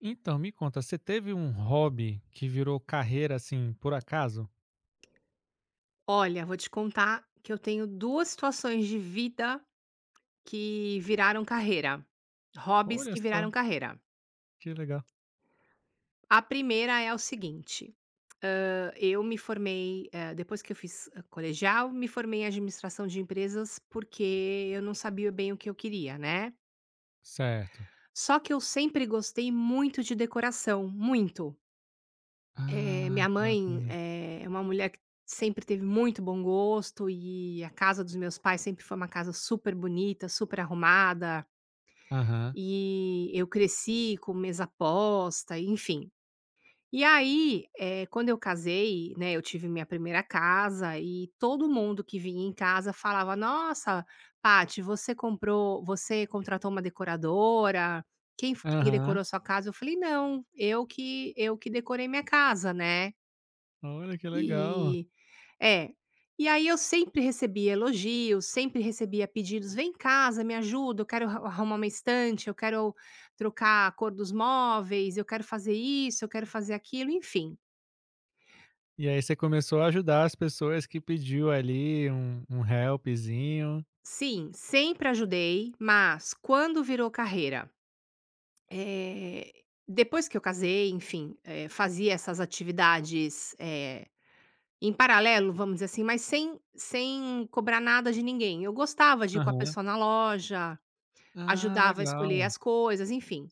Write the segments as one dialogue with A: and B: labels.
A: Então, me conta, você teve um hobby que virou carreira, assim, por acaso?
B: Olha, vou te contar que eu tenho 2 situações de vida que viraram carreira, hobbies
A: Olha
B: que viraram
A: só,
B: carreira.
A: que legal.
B: A primeira é o seguinte. Eu me formei, depois que eu fiz colegial, me formei em administração de empresas, porque eu não sabia bem o que eu queria, né.
A: Certo.
B: Só que eu sempre gostei muito de decoração, muito. Eh,
A: Ah,
B: minha
A: que
B: mãe
A: bacana.
B: é uma mulher que sempre teve muito bom gosto, e a casa dos meus pais sempre foi uma casa super bonita, super arrumada.
A: Aham,
B: E eu cresci com mesa posta, enfim. E aí, quando eu casei, né, eu tive minha primeira casa e todo mundo que vinha em casa falava: "Nossa, Paty, você contratou uma decoradora? Quem f que
A: aham.
B: decorou sua casa?" Eu falei: "Não, eu que decorei minha casa, né".
A: Olha que legal.
B: E é. E aí eu sempre recebia elogios, sempre recebia pedidos: "Vem em casa, me ajuda, eu quero arrumar uma estante, eu quero trocar a cor dos móveis, eu quero fazer isso, eu quero fazer aquilo", enfim.
A: E aí você começou a ajudar as pessoas que pediu ali um helpzinho.
B: Sim, sempre ajudei, mas quando virou carreira, eh, depois que eu casei, enfim, fazia essas atividades, em paralelo, vamos dizer assim, mas sem cobrar nada de ninguém. Eu gostava de ir com a
A: Aham.
B: pessoa na loja,
A: Ah,
B: ajudava a escolher
A: legal.
B: as coisas, enfim.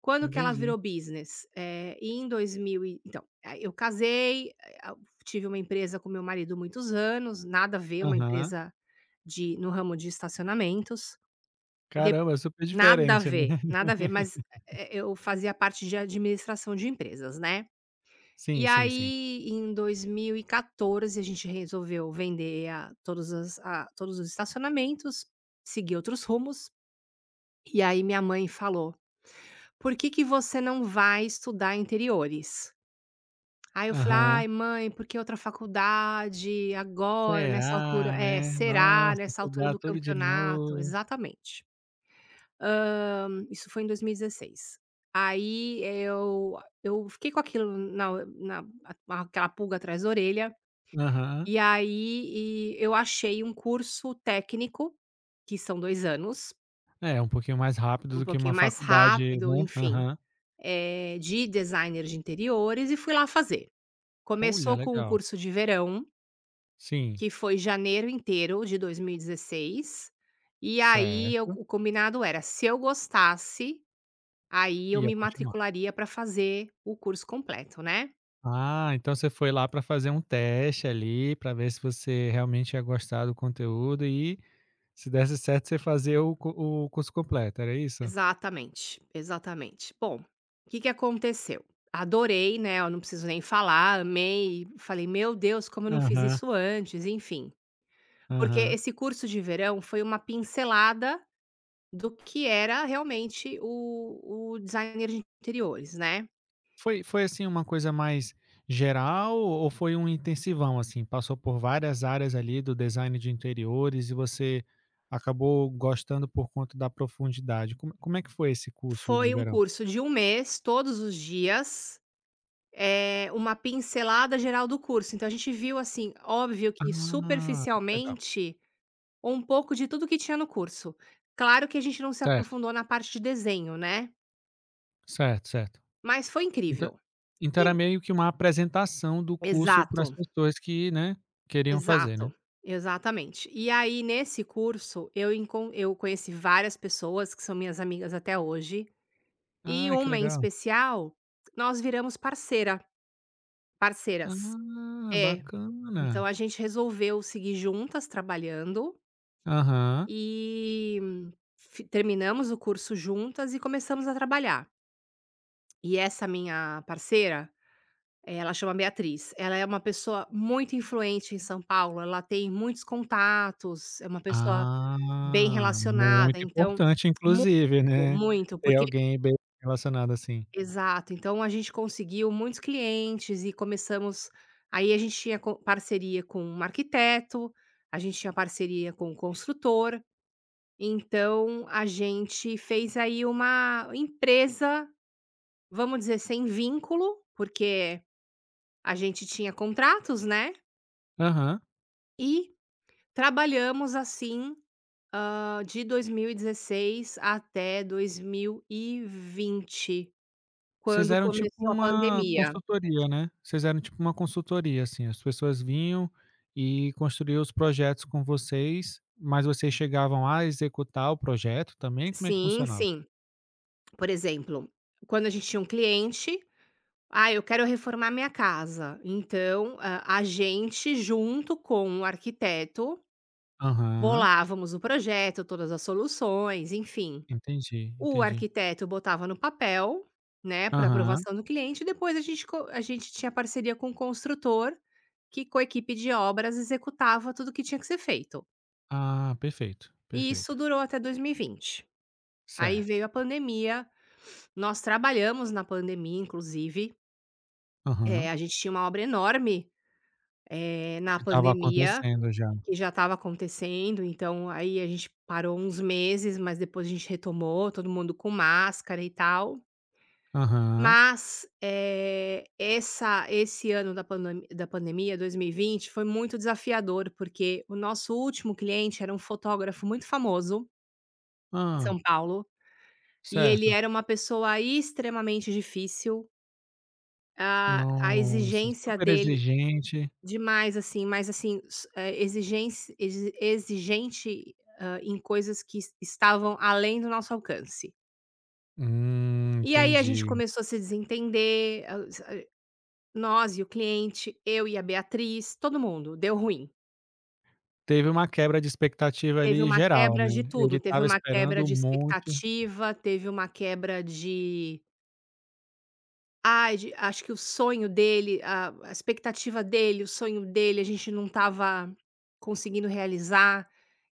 B: Quando que ela
A: Entendi.
B: virou business? Em 2000 e então, aí eu casei, eh, a tive uma empresa com meu marido muitos anos, nada a ver, uma
A: Aham.
B: empresa de no ramo de estacionamentos, e de
A: Caramba, é super
B: nada a
A: diferente, né?
B: ver, nada a ver, mas, eu fazia parte de administração de empresas, né. E
A: Sim, sim, sim.
B: aí, em 2014, a gente resolveu vender a todos os estacionamentos, seguir outros rumos, e aí minha mãe falou: "Por que que você não vai estudar interiores?" Aí eu falei:
A: Aham.
B: "Ai, mãe, porque outra faculdade, agora, nessa altura",
A: Será,
B: é,
A: né?
B: será
A: Nossa,
B: nessa altura
A: estudar
B: do
A: tudo de
B: campeonato,
A: novo.
B: exatamente. Isso foi em 2016. Aí eu fiquei com aquilo na aquela pulga atrás da orelha,
A: Aham.
B: e aí eu achei um curso técnico, que são 2 anos,
A: É, um pouquinho mais rápido
B: um
A: do que
B: pouquinho
A: uma
B: mais
A: faculdade,
B: rápido,
A: né.
B: enfim.
A: Aham.
B: De designer de interiores e fui lá fazer.
A: Olha,
B: Começou com um
A: legal.
B: curso de verão,
A: Sim,
B: que foi janeiro inteiro de dois mil e dezesseis, e aí eu
A: certo.
B: o combinado era, se eu gostasse, aí eu
A: Ia
B: me
A: continuar.
B: matricularia para fazer o curso completo, né.
A: Ah, então você foi lá para fazer um teste ali, para ver se você realmente ia gostar do conteúdo e, se desse certo, você fazia o curso completo, era isso?
B: Exatamente, exatamente. Bom, o que que aconteceu? Adorei, né, eu não preciso nem falar, amei, falei: "Meu Deus, como eu não fiz
A: Aham,
B: isso antes", enfim. Porque
A: aham.
B: esse curso de verão foi uma pincelada do que era realmente o designer de interiores, né.
A: Foi assim, uma coisa mais geral ou foi um intensivão, assim? Passou por várias áreas ali do design de interiores e você acabou gostando por conta da profundidade. Como é que foi esse curso de
B: Foi um
A: verão?
B: curso de um mês, todos os dias, uma pincelada geral do curso. Então a gente viu, assim, óbvio que
A: Ah, legal.
B: superficialmente, um pouco de tudo que tinha no curso. Claro que a gente não se
A: Certo,
B: aprofundou na parte de desenho, né,
A: certo, certo.
B: mas foi
A: Então
B: incrível.
A: então
B: E
A: era meio que uma apresentação do curso para as
B: exato,
A: pessoas que, né, queriam fazer, né?
B: exato, exatamente. E aí nesse curso eu conheci várias pessoas que são minhas amigas até hoje. E
A: Ah, que
B: uma em
A: legal.
B: especial, nós viramos parceiras.
A: Ah,
B: É, então
A: bacana.
B: a gente resolveu seguir juntas trabalhando,
A: Aham.
B: e fi terminamos o curso juntas e começamos a trabalhar. E essa minha parceira, ela chama Beatriz, ela é uma pessoa muito influente em São Paulo, ela tem muitos contatos, é uma pessoa bem
A: Ah,
B: relacionada,
A: muito
B: então
A: importante inclusive,
B: muito,
A: né,
B: muito,
A: ter
B: porque...
A: alguém bem relacionado assim.
B: Exato, então a gente conseguiu muitos clientes e começamos. Aí a gente tinha co parceria com um arquiteto, a gente tinha parceria com um construtor, então a gente fez aí uma empresa, vamos dizer, sem vínculo, porque a gente tinha contratos, né,
A: Aham.
B: e trabalhamos assim, de 2016 até 2020,
A: Vocês
B: quando
A: eram tipo
B: começou a
A: uma
B: pandemia.
A: consultoria, né? Vocês eram tipo uma consultoria, assim, as pessoas vinham e construíam os projetos com vocês, mas vocês chegavam a executar o projeto também? Como é que
B: Sim,
A: funcionava?
B: sim. Por exemplo, quando a gente tinha um cliente: "Ah, eu quero reformar minha casa". Então, a gente, junto com o arquiteto,
A: Aham,
B: bolávamos o projeto, todas as soluções, enfim.
A: entendi,
B: O
A: entendi.
B: arquiteto botava no papel, né, para
A: Aham.
B: aprovação do cliente, e depois a gente tinha parceria com o construtor, que com a equipe de obras executava tudo o que tinha que ser feito.
A: Ah, perfeito,
B: E isso
A: perfeito.
B: durou até 2020. Aí
A: Certo.
B: veio a pandemia, nós trabalhamos na pandemia, inclusive.
A: Aham.
B: É, a gente tinha uma obra enorme, na
A: Que estava
B: pandemia,
A: acontecendo já.
B: que já estava acontecendo, então aí a gente parou uns meses, mas depois a gente retomou, todo mundo com máscara e tal.
A: Aham.
B: Mas, eh, essa esse ano da pandemia, dois mil e vinte, foi muito desafiador, porque o nosso último cliente era um fotógrafo muito famoso em
A: Ah,
B: São Paulo, e ele
A: certo.
B: era uma pessoa extremamente difícil. A
A: Nossa,
B: exigência
A: super
B: dele...
A: exigente.
B: Demais, assim, mas assim, s eh, exigenci exi exigente, em coisas que es estavam além do nosso alcance. E aí a gente
A: Entendi.
B: começou a se desentender, hã, s nós e o cliente, eu e a Beatriz, todo mundo, deu ruim.
A: Teve uma quebra de expectativa
B: Teve
A: ali
B: uma
A: geral,
B: quebra
A: né.
B: de
A: Ele
B: tudo, teve
A: estava
B: uma quebra
A: esperando um
B: de
A: monte.
B: expectativa, teve uma quebra de... Ai, de acho que o sonho dele, a expectativa dele, o sonho dele, a gente não estava conseguindo realizar,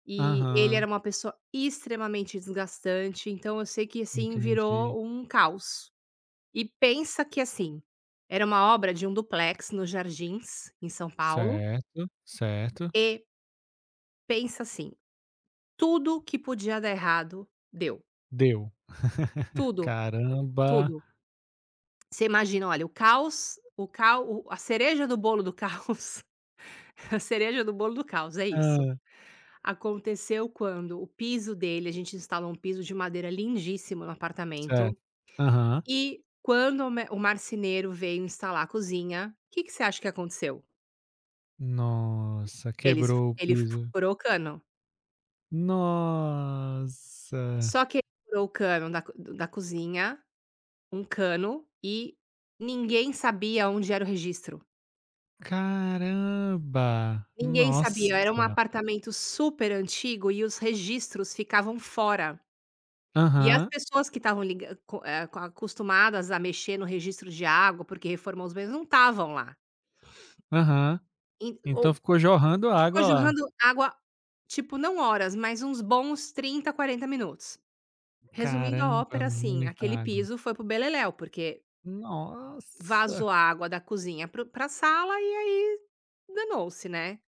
B: e ele
A: Aham,
B: era uma pessoa extremamente desgastante, então eu sei que, assim,
A: entendi.
B: virou um caos. E pensa que, assim, era uma obra de um duplex nos Jardins, em São Paulo,
A: Certo, certo.
B: e pensa assim, tudo que podia dar errado, deu.
A: Deu.
B: Tudo,
A: Caramba.
B: tudo. Você imagina, olha, o caos o cau a cereja do bolo do caos a cereja do bolo do caos, é isso.
A: Hã,
B: Aconteceu quando o piso dele, a gente instalou um piso de madeira lindíssimo no apartamento,
A: certo. Aham.
B: e quando o marceneiro veio instalar a cozinha, o que que você acha que aconteceu?
A: Nossa,
B: Eles
A: quebrou o
B: ele
A: piso.
B: furou o cano.
A: Nossa,
B: Só que ele furou o cano da cozinha, um cano, e ninguém sabia onde era o registro.
A: caramba.
B: Ninguém
A: Nossa.
B: sabia, era um apartamento super antigo e os registros ficavam fora. E as
A: Aham,
B: pessoas que estavam liga co eh, co acostumadas a mexer no registro de água, porque reformou os banheiros, não estavam lá.
A: aham.
B: En
A: Então
B: ou
A: ficou jorrando
B: ficou
A: água lá.
B: jorrando água, tipo, não horas, mas uns bons 30, 40 minutos. Resumindo a
A: Caramba,
B: ópera, assim,
A: muita
B: aquele
A: água.
B: piso foi pro beleléu, porque
A: Nossa,
B: vazou a água da cozinha para o sala, e aí danou-se, né.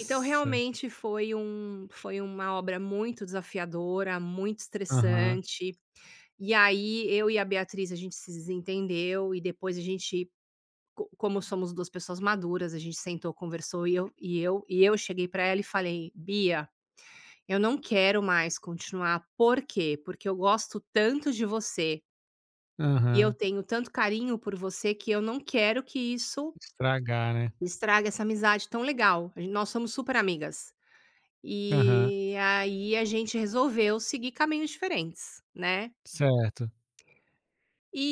B: Então realmente foi uma obra muito desafiadora, muito
A: Aham,
B: estressante. E aí, eu e a Beatriz, a gente se desentendeu, e depois a gente co como somos 2 pessoas maduras, a gente sentou, conversou, e eu cheguei pra ela e falei: "Bia, eu não quero mais continuar, por quê? Porque eu gosto tanto de você e eu
A: aham.
B: tenho tanto carinho por você que eu não quero que isso
A: Estragar, né.
B: estrague essa amizade tão legal, a gen nós somos super amigas".
A: Aham,
B: E aí a gente resolveu seguir caminhos diferentes, né.
A: certo.
B: E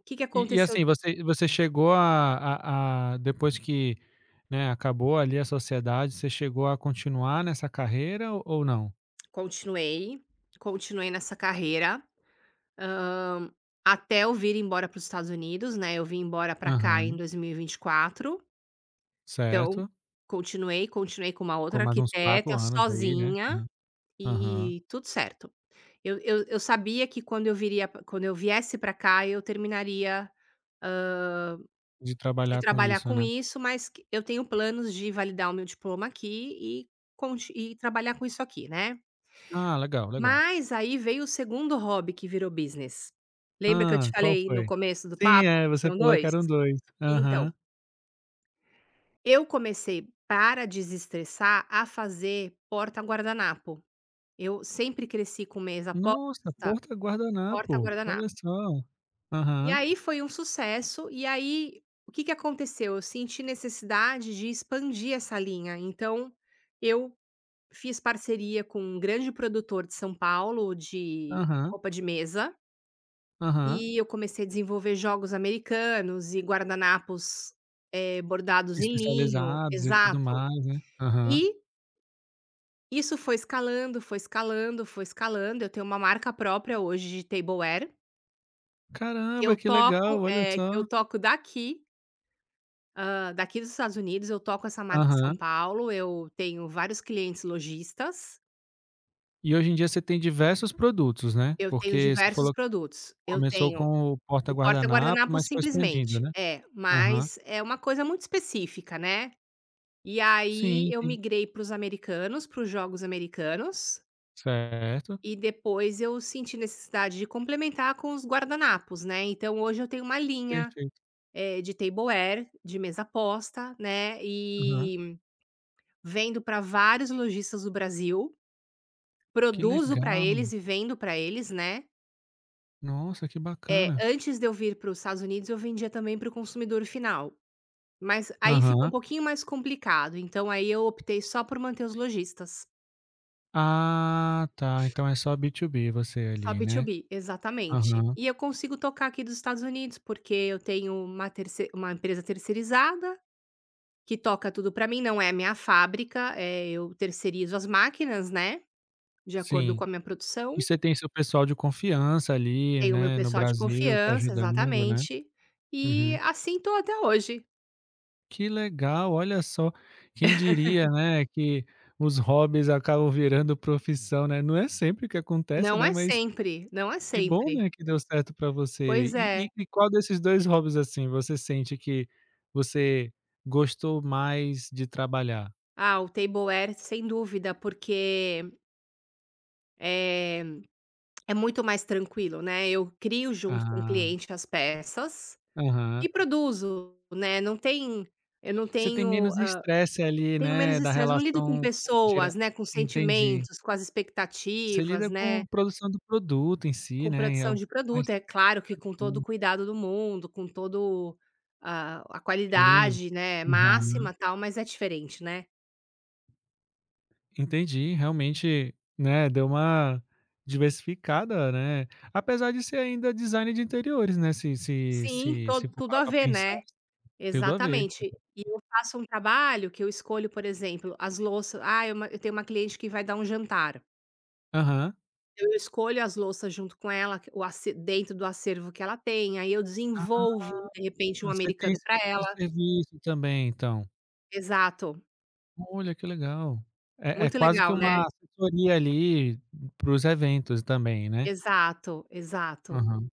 B: o que que
A: E
B: aconteceu...
A: assim, você chegou a depois que, né, acabou ali a sociedade, você chegou a continuar nessa carreira ou não?
B: Continuei, continuei nessa carreira, hã, até eu vir embora para os Estados Unidos, né, eu vim embora para cá em
A: Aham,
B: dois mil e vinte e quatro. Então
A: certo.
B: continuei, continuei com uma
A: Ficou
B: outra
A: mais uns 4
B: arquiteta,
A: anos aí, né.
B: sozinha,
A: Aham, aham.
B: e tudo certo. Eu sabia que quando eu viesse para cá, eu terminaria
A: De
B: de
A: trabalhar com
B: trabalhar
A: isso,
B: com
A: né.
B: isso, mas que eu tenho planos de validar o meu diploma aqui e conti e trabalhar com isso aqui, né.
A: Ah, legal, legal.
B: Mas aí veio o segundo hobby que virou business. Lembra que eu te
A: Hã, qual
B: falei no
A: foi?
B: começo do
A: Sim,
B: papo
A: é,
B: que
A: você
B: tinham
A: falou que
B: 2?
A: eram dois.
B: Então,
A: Aham.
B: eu comecei, para desestressar, a fazer porta-guardanapo. Eu sempre cresci com mesa
A: Nossa,
B: posta,
A: porta guardanapo, olha
B: porta-guardanapo.
A: só.
B: E
A: Aham,
B: aí foi um sucesso, e aí o que que aconteceu? Eu senti necessidade de expandir essa linha, então eu fiz parceria com um grande produtor de São Paulo de
A: aham,
B: roupa de mesa.
A: aham.
B: E eu comecei a desenvolver jogos americanos e guardanapos, bordados em linho,
A: Especializados e tudo
B: exato.
A: mais, né. Aham.
B: E isso foi escalando, foi escalando, foi escalando. Eu tenho uma marca própria hoje de tableware,
A: Caramba, que legal, olha
B: que eu
A: só.
B: toco daqui, daqui dos Estados Unidos, eu toco essa marca em São
A: Aham.
B: Paulo. Eu tenho vários clientes lojistas,
A: E hoje em dia você tem diversos produtos, né,
B: eu tenho
A: porque você
B: diversos
A: falou que
B: produtos. Eu
A: começou
B: tenho
A: com o porta
B: o porta
A: guardanapo,
B: guardanapo
A: mas foi expandindo,
B: simplesmente
A: né?
B: é,
A: Aham.
B: mas é uma coisa muito específica, né. E aí
A: Sim,
B: eu
A: sim.
B: migrei para os americanos, para os jogos americanos,
A: Certo,
B: e depois eu senti necessidade de complementar com os guardanapos, né. Então hoje eu tenho uma linha,
A: perfeito.
B: de tableware, de mesa posta, né,
A: Aham.
B: e vendo para vários lojistas do Brasil,
A: Que
B: produzo para eles
A: legal.
B: e vendo para eles, né.
A: Nossa, que
B: Eh,
A: bacana.
B: antes de eu vir para os Estados Unidos, eu vendia também para o consumidor final, mas aí ficou um
A: Aham.
B: pouquinho mais complicado, então aí eu optei só por manter os lojistas.
A: Ah, tá, então é só B2B você
B: Só
A: ali, né?
B: B2B, exatamente.
A: Aham,
B: E eu consigo tocar aqui dos Estados Unidos, porque eu tenho uma empresa terceirizada, que toca tudo para mim, não é a minha fábrica. É, eu terceirizo as máquinas, né, de acordo
A: sim.
B: com a minha produção.
A: E você tem seu pessoal de confiança ali,
B: Tenho o meu
A: né, no
B: pessoal de
A: Brasil te
B: confiança,
A: ajudando, né?
B: exatamente. E
A: Uhum.
B: assim tô até hoje.
A: Que legal, olha só, quem diria, né, que os hobbies acabam virando profissão, né? Não é sempre que acontece,
B: Não
A: né,
B: é
A: mas
B: sempre, não é
A: que bom,
B: sempre.
A: né, que deu certo pra você.
B: Pois é.
A: E qual desses 2 hobbies, assim, você sente que você gostou mais de trabalhar?
B: Ah, o tableware sem dúvida, porque, eh, é muito mais tranquilo, né, eu crio junto com o
A: Ah,
B: cliente as peças
A: aham.
B: e produzo, né, não tem eu não
A: Você tem
B: tenho,
A: menos estresse ali,
B: tenho menos
A: né, da
B: estresse, não lido com
A: relação dire
B: pessoas, né, com
A: entendi.
B: sentimentos, com as
A: Você
B: expectativas,
A: lida com
B: né,
A: produção do produto em si,
B: com
A: né, e é
B: produção
A: um
B: de
A: pouco mais
B: produto, é claro que com todo o
A: tranquilo.
B: cuidado do mundo, com todo a
A: Sim,
B: qualidade, né,
A: aham.
B: máxima, tal, mas é diferente, né.
A: Entendi, realmente, né, deu uma diversificada, né, apesar de ser ainda design de interiores, né, se se
B: Sim,
A: se
B: to
A: se for
B: tudo
A: parar
B: a
A: pra
B: ver,
A: pensar,
B: né,
A: tem tudo a ver.
B: exatamente. E eu faço um trabalho que eu escolho, por exemplo, as louça ah, eu ma eu tenho uma cliente que vai dar um jantar.
A: Aham.
B: Eu escolho as louças junto com ela, o ace dentro do acervo que ela tem, aí eu desenvolvo, de repente,
A: Ah,
B: um
A: você tem
B: americano
A: esse
B: para
A: tipo de
B: ela.
A: serviço também então?
B: Exato,
A: Olha, que legal. É
B: muito
A: quase que
B: legal, né.
A: uma assessoria ali para os eventos também, né.
B: Exato, exato.
A: Aham.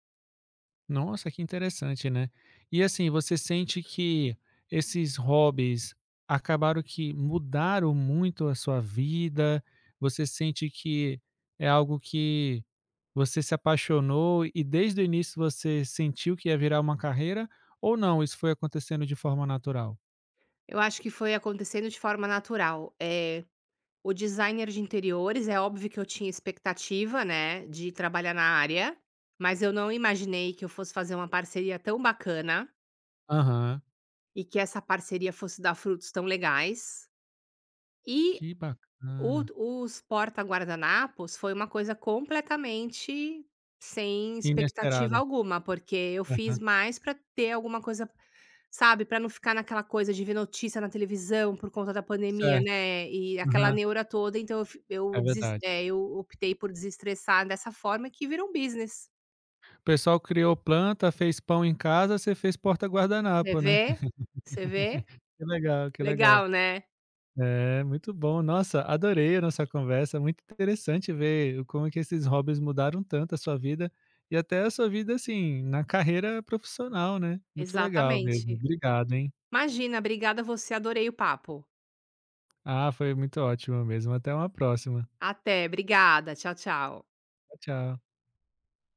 A: Nossa, que interessante, né. E assim, você sente que esses hobbies acabaram que mudaram muito a sua vida? Você sente que é algo que você se apaixonou e desde o início você sentiu que ia virar uma carreira, ou não, isso foi acontecendo de forma natural?
B: Eu acho que foi acontecendo de forma natural. O designer de interiores, é óbvio que eu tinha expectativa, né, de trabalhar na área, mas eu não imaginei que eu fosse fazer uma parceria tão bacana,
A: Aham.
B: e que essa parceria fosse dar frutos tão legais. E
A: Que
B: O
A: bacana.
B: os porta-guardanapos foi uma coisa completamente sem expectativa
A: Inesperada.
B: alguma, porque eu fiz mais para ter alguma coisa, sabe, para não ficar naquela coisa de ver notícia na televisão por conta da pandemia,
A: Certo.
B: né, e aquela
A: Aham,
B: neura toda, então eu fi
A: é
B: eu deses
A: verdade.
B: eh, eu optei por desestressar dessa forma que virou um business.
A: O pessoal criou planta, fez pão em casa, você fez porta
B: Você
A: guardanapo, né.
B: vê? Você vê?
A: Que legal, que legal.
B: Legal, né?
A: É, muito bom. Nossa, adorei a nossa conversa, muito interessante ver o- como é que esses hobbies mudaram tanto a sua vida, e até a sua vida, assim, na carreira profissional, né. Muito legal mesmo,
B: Exatamente.
A: obrigado, hein.
B: Imagina, obrigada a você, adorei o papo.
A: Ah, foi muito ótimo mesmo, até uma próxima.
B: Até, obrigada. Tchau, tchau.
A: Tchau, tchau.